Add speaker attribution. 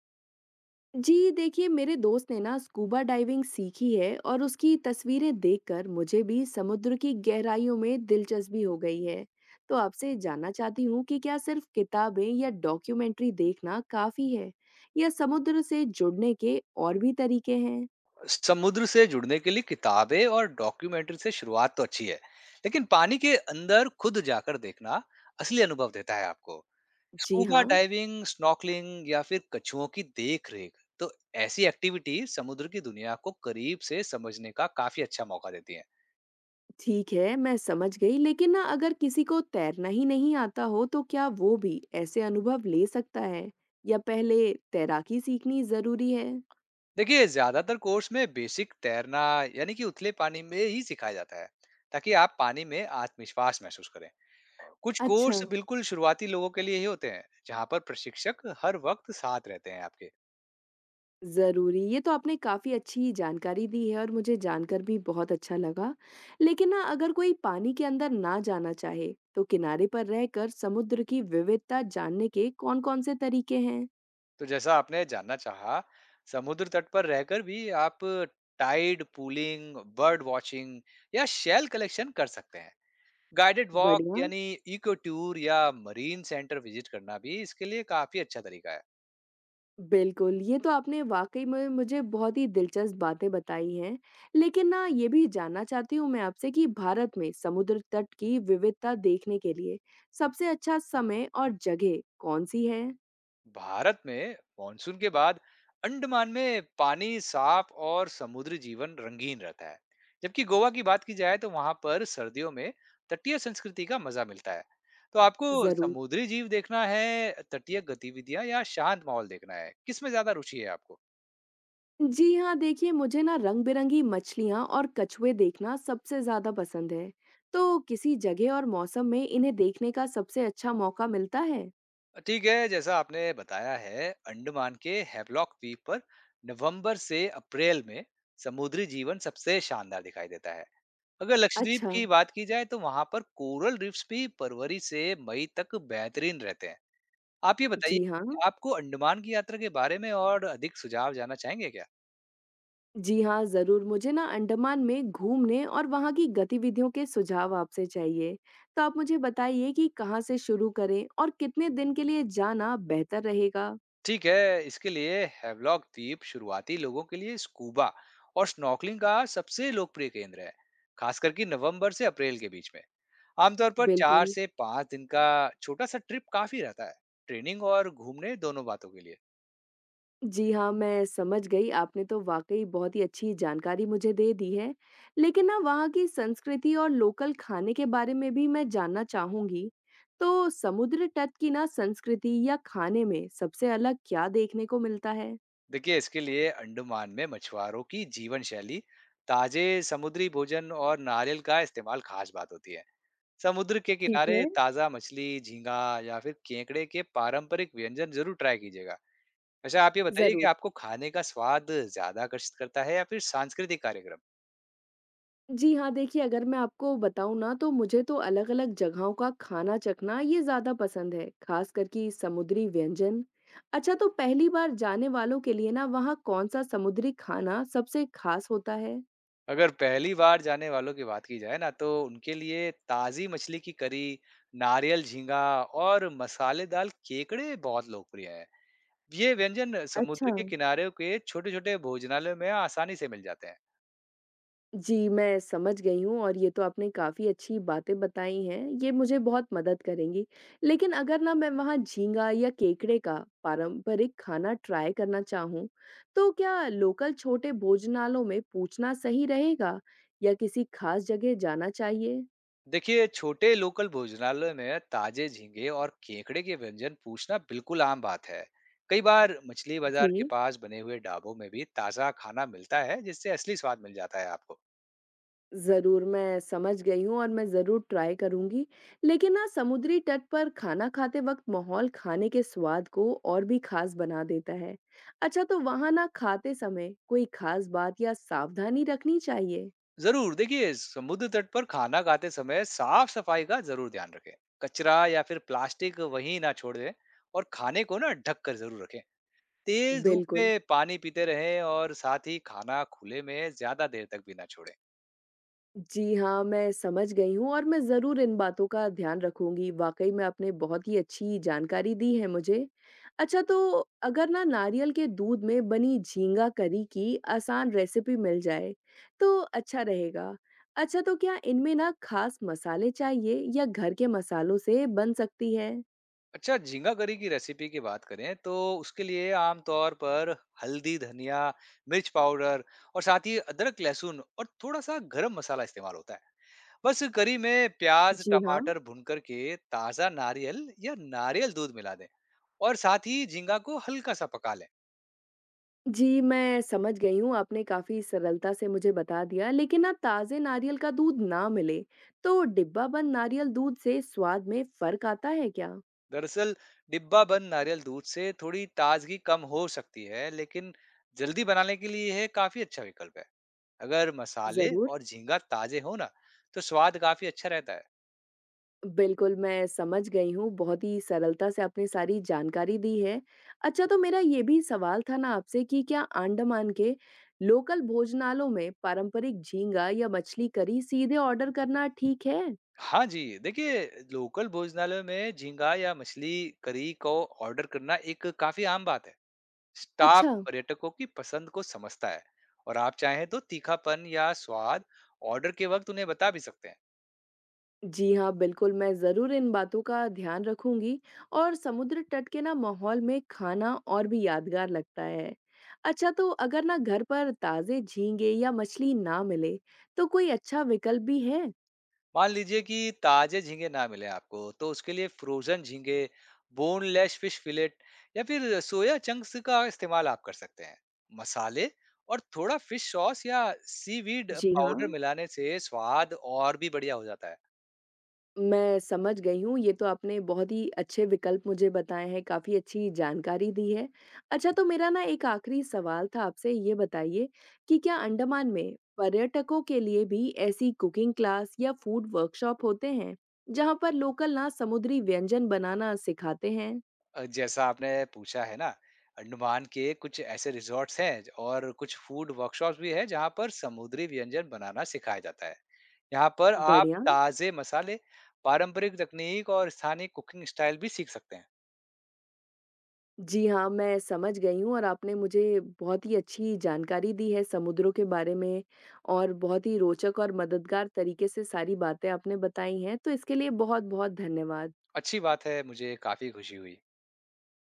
Speaker 1: जी देखिए, मेरे दोस्त ने ना स्कूबा डाइविंग सीखी है और उसकी तस्वीरें देखकर मुझे भी समुद्र की गहराइयों में दिलचस्पी हो गई है। तो आपसे जानना चाहती हूँ कि क्या सिर्फ किताबें या डॉक्यूमेंट्री देखना काफी है, या समुद्र से जुड़ने के और भी तरीके हैं?
Speaker 2: समुद्र से जुड़ने के लिए किताबें और डॉक्यूमेंट्री से शुरुआत तो अच्छी है। लेकिन पानी के अंदर खुद जाकर देखना असली अनुभव देता है आपको।
Speaker 1: जी
Speaker 2: स्कूबा
Speaker 1: हाँ।
Speaker 2: डाइविंग, स्नॉकलिंग या फिर कछुओं की देख रेख, तो ऐसी एक्टिविटी समुद्र की दुनिया को करीब से समझने का काफी अच्छा मौका देती है।
Speaker 1: ठीक है, मैं समझ गई, लेकिन ना अगर किसी को तैरना ही नहीं आता हो, तो क्या वो भी ऐसे अनुभव ले सकता है, या पहले तैराकी सीखनी जरूरी है?
Speaker 2: देखिए, ज्यादातर कोर्स में बेसिक तैरना यानी कि उथले पानी में ही सिखाया जाता है, ताकि आप पानी में आत्मविश्वास महसूस करें। कुछ
Speaker 1: अच्छा।
Speaker 2: कोर्स बिल्कुल शुरुआती लोगों के लिए ही होते हैं, जहाँ पर प्रशिक्षक हर वक्त साथ रहते हैं आपके।
Speaker 1: ज़रूरी, ये तो आपने काफ़ी अच्छी जानकारी दी है और मुझे जानकर भी बहुत अच्छा लगा। लेकिन ना अगर कोई पानी के अंदर ना जाना चाहे, तो किनारे पर रहकर समुद्र की विविधता जानने के कौन-कौन से तरीके हैं?
Speaker 2: तो जैसा आपने जानना चाहा, समुद्र तट पर रहकर भी आप टाइड पूलिंग, बर्ड वॉचिंग या शेल कलेक्शन कर सकते हैं। गाइडेड वॉक
Speaker 1: बढ़िया।
Speaker 2: यानी इको टूर या मरीन सेंटर विजिट करना भी इसके लिए काफी अच्छा तरीका है।
Speaker 1: बिल्कुल, ये तो आपने वाक़ई में मुझे बहुत ही दिलचस्प बातें बताई हैं। लेकिन ना ये भी जानना चाहती हूँ मैं आपसे कि भारत में समुद्र तट की विविधता देखने के लिए सबसे अच्छा समय और जगह कौन-सी है?
Speaker 2: भारत में मानसून के बाद अंडमान में पानी साफ और समुद्री जीवन रंगीन रहता है। जबकि गोवा की बात की जाए तो वहां पर सर्दियों में तटीय संस्कृति का मजा मिलता है। तो आपको
Speaker 1: ज़रूर।
Speaker 2: समुद्री जीव देखना है, तटीय गतिविधियां या शांत माहौल देखना है, किसमें ज्यादा रुचि है आपको?
Speaker 1: जी हाँ, देखिए, मुझे ना रंग-बिरंगी मछलियाँ और कछुए देखना सबसे ज़्यादा पसंद है। तो किसी जगह और मौसम में इन्हें देखने का सबसे अच्छा मौका मिलता है?
Speaker 2: ठीक है, जैसा आपने बताया है, अंडमान के हैवलॉक द्वीप पर नवंबर से अप्रैल में समुद्री जीवन सबसे शानदार दिखाई देता है। अगर लक्षद्वीप
Speaker 1: अच्छा।
Speaker 2: की बात की जाए तो वहां पर कोरल रीफ्स भी फरवरी से मई तक बेहतरीन रहते हैं। आप ये बताइए,
Speaker 1: जी हाँ।
Speaker 2: आपको अंडमान की यात्रा के बारे में और अधिक सुझाव जानना चाहेंगे क्या?
Speaker 1: जी हाँ, ज़रूर। मुझे ना अंडमान में घूमने और वहाँ की गतिविधियों के सुझाव आपसे चाहिए। तो आप मुझे बताइए कि कहाँ से शुरू करें और कितने दिन के लिए जाना बेहतर रहेगा?
Speaker 2: ठीक है, इसके लिए हैवलॉक द्वीप शुरुआती लोगों के लिए स्कूबा और स्नॉर्कलिंग का सबसे लोकप्रिय केंद्र है। खास करके नवंबर से अप्रैल के बीच में आमतौर पर चार
Speaker 1: बिल्कुल।
Speaker 2: से पाँच दिन का छोटा सा ट्रिप काफी रहता है, ट्रेनिंग और घूमने दोनों बातों के लिए।
Speaker 1: जी हाँ, मैं समझ गई, आपने तो वाक़ई बहुत ही अच्छी जानकारी मुझे दे दी है। लेकिन ना वहाँ की संस्कृति और लोकल खाने के बारे में भी मैं जानना चाहूँगी। तो समुद्र तट की ना संस्कृति या खाने में सबसे अलग क्या देखने को मिलता है?
Speaker 2: देखिए, इसके लिए अंडमान में मछुआरों की जीवन शैली, ताजे समुद्री भोजन और नारियल का इस्तेमाल खास बात होती है। समुद्र के
Speaker 1: ठीक
Speaker 2: किनारे
Speaker 1: है,
Speaker 2: ताजा मछली, झींगा या फिर केकड़े के पारंपरिक व्यंजन जरूर ट्राई कीजिएगा। अच्छा, आप ये बताइए कि
Speaker 1: ज़रूर।
Speaker 2: आपको खाने का स्वाद ज्यादा आकर्षित करता है या फिर सांस्कृतिक कार्यक्रम?
Speaker 1: जी हाँ, देखिए, अगर मैं आपको बताऊँ ना, तो मुझे तो अलग-अलग जगहों का खाना चखना ये ज़्यादा पसंद है, ख़ासकर कि समुद्री व्यंजन। अच्छा, तो पहली बार जाने वालों के लिए ना वहाँ कौन-सा समुद्री खाना सबसे ख़ास होता है?
Speaker 2: अगर पहली बार जाने वालों की बात की जाए ना, तो उनके लिए ताजी मछली की करी, नारियल झींगा और मसालेदार केकड़े बहुत लोकप्रिय हैं। ये व्यंजन समुद्र
Speaker 1: अच्छा।
Speaker 2: के किनारे के छोटे-छोटे भोजनालयों में आसानी से मिल जाते हैं।
Speaker 1: जी, मैं समझ गई हूँ और ये तो आपने काफ़ी अच्छी बातें बताई हैं, ये मुझे बहुत मदद करेंगी। लेकिन अगर ना मैं वहाँ झींगा या केकड़े का पारंपरिक खाना ट्राई करना चाहूँ, तो क्या लोकल छोटे भोजनालयों में पूछना सही रहेगा या किसी खास जगह जाना चाहिए?
Speaker 2: देखिए, छोटे लोकल भोजनालय में ताजे झींगे और केकड़े के व्यंजन पूछना बिल्कुल आम बात है। कई बार मछली बाजार के
Speaker 1: जी।
Speaker 2: पास बने हुए ढाबों में भी ताज़ा खाना मिलता है, जिससे असली स्वाद मिल जाता है आपको।
Speaker 1: ज़रूर, मैं समझ गई हूँ और मैं ज़रूर ट्राई करूँगी। लेकिन ना समुद्री तट पर खाना खाते वक़्त माहौल खाने के स्वाद को और भी ख़ास बना देता है। अच्छा, तो वहाँ ना खाते समय कोई ख़ास बात या सावधानी रखनी चाहिए?
Speaker 2: ज़रूर, देखिए, समुद्र तट पर खाना खाते समय साफ-सफाई का ज़रूर ध्यान रखें। कचरा या फिर प्लास्टिक वहीं ना छोड़ दें, और खाने को ना ढक कर ज़रूर रखें। तेज धूप
Speaker 1: बिल्कुल।
Speaker 2: में पानी पीते रहें, और साथ ही खाना खुले में ज्यादा देर तक भी ना छोड़ें।
Speaker 1: जी हाँ, मैं समझ गई हूँ और मैं ज़रूर इन बातों का ध्यान रखूँगी। वाक़ई में आपने बहुत ही अच्छी जानकारी दी है मुझे। अच्छा, तो अगर ना नारियल के दूध में बनी झींगा करी की आसान रेसिपी मिल जाए, तो अच्छा रहेगा। अच्छा, तो क्या इनमें ना ख़ास मसाले चाहिए या घर के मसालों से बन सकती है?
Speaker 2: अच्छा, झींगा करी की रेसिपी की बात करें तो उसके लिए आमतौर पर हल्दी, धनिया, मिर्च पाउडर और साथ ही अदरक, लहसुन और थोड़ा सा गरम मसाला इस्तेमाल होता है। बस करी में प्याज,
Speaker 1: जी हाँ।
Speaker 2: टमाटर भून करके ताज़ा नारियल या नारियल दूध मिला दें, और साथ ही झींगा को हल्का सा पका लें।
Speaker 1: जी, मैं समझ गई हूँ, आपने काफ़ी सरलता से मुझे बता दिया, लेकिन ना ताज़े नारियल का दूध ना मिले, तो डिब्बाबंद नारियल दूध से स्वाद में फ़र्क आता है क्या?
Speaker 2: दरअसल, डिब्बा बंद नारियल दूध से थोड़ी ताजगी कम हो सकती है, लेकिन जल्दी बनाने के लिए यह काफी अच्छा विकल्प है। अगर मसाले
Speaker 1: ज़रूर।
Speaker 2: और झींगा ताजे हो ना, तो स्वाद काफी अच्छा रहता है।
Speaker 1: बिल्कुल, मैं समझ गई हूँ, बहुत ही सरलता से आपने सारी जानकारी दी है। अच्छा, तो मेरा ये भी सवाल था ना आपसे कि क्या अंडमान के लोकल भोजनालयों में पारंपरिक झींगा या मछली करी सीधे ऑर्डर करना ठीक है?
Speaker 2: हाँ जी, देखिए, लोकल भोजनालय में झींगा या मछली करी को ऑर्डर करना एक काफी आम बात है। स्टाफ
Speaker 1: अच्छा।
Speaker 2: पर्यटकों की पसंद को समझता है, और आप चाहें तो तीखापन या स्वाद ऑर्डर के वक्त उन्हें बता भी सकते हैं।
Speaker 1: जी हाँ, बिल्कुल, मैं ज़रूर इन बातों का ध्यान रखूँगी और समुद्र तट के ना माहौल में खाना और भी यादगार लगता है। अच्छा, तो अगर ना घर पर ताज़े झींगे या मछली ना मिले, तो कोई अच्छा विकल्प भी है?
Speaker 2: मान लीजिए कि ताजे झींगे ना मिले आपको, तो उसके लिए फ्रोजन झींगे, बोनलेस फिश फिलेट या फिर सोया चंक्स का इस्तेमाल आप कर सकते हैं। मसाले और थोड़ा फिश सॉस या सीवीड
Speaker 1: जी
Speaker 2: पाउडर
Speaker 1: हाँ।
Speaker 2: मिलाने से स्वाद और भी बढ़िया हो जाता है।
Speaker 1: मैं समझ गई हूँ, ये तो आपने बहुत ही अच्छे विकल्प मुझे बताए हैं, काफ़ी अच्छी जानकारी दी है। अच्छा, तो मेरा ना एक आखिरी सवाल था आपसे, ये बताइए कि क्या अंडमान में पर्यटकों के लिए भी ऐसी कुकिंग क्लास या फूड वर्कशॉप होते हैं, जहाँ पर लोकल ना समुद्री व्यंजन बनाना सिखाते हैं?
Speaker 2: जैसा आपने पूछा है ना, अंडमान के कुछ ऐसे रिजॉर्ट्स हैं और कुछ फूड वर्कशॉप्स भी है, जहाँ पर समुद्री व्यंजन बनाना सिखाया जाता है। यहाँ पर आप
Speaker 1: बढ़िया।
Speaker 2: ताजे मसाले, पारंपरिक तकनीक और स्थानीय कुकिंग स्टाइल भी सीख सकते हैं।
Speaker 1: जी हाँ, मैं समझ गई हूँ और आपने मुझे बहुत ही अच्छी जानकारी दी है समुद्रों के बारे में और बहुत ही रोचक और मददगार तरीके से सारी बातें आपने बताई हैं, तो इसके लिए बहुत-बहुत धन्यवाद।
Speaker 2: अच्छी बात है, मुझे काफ़ी खुशी हुई।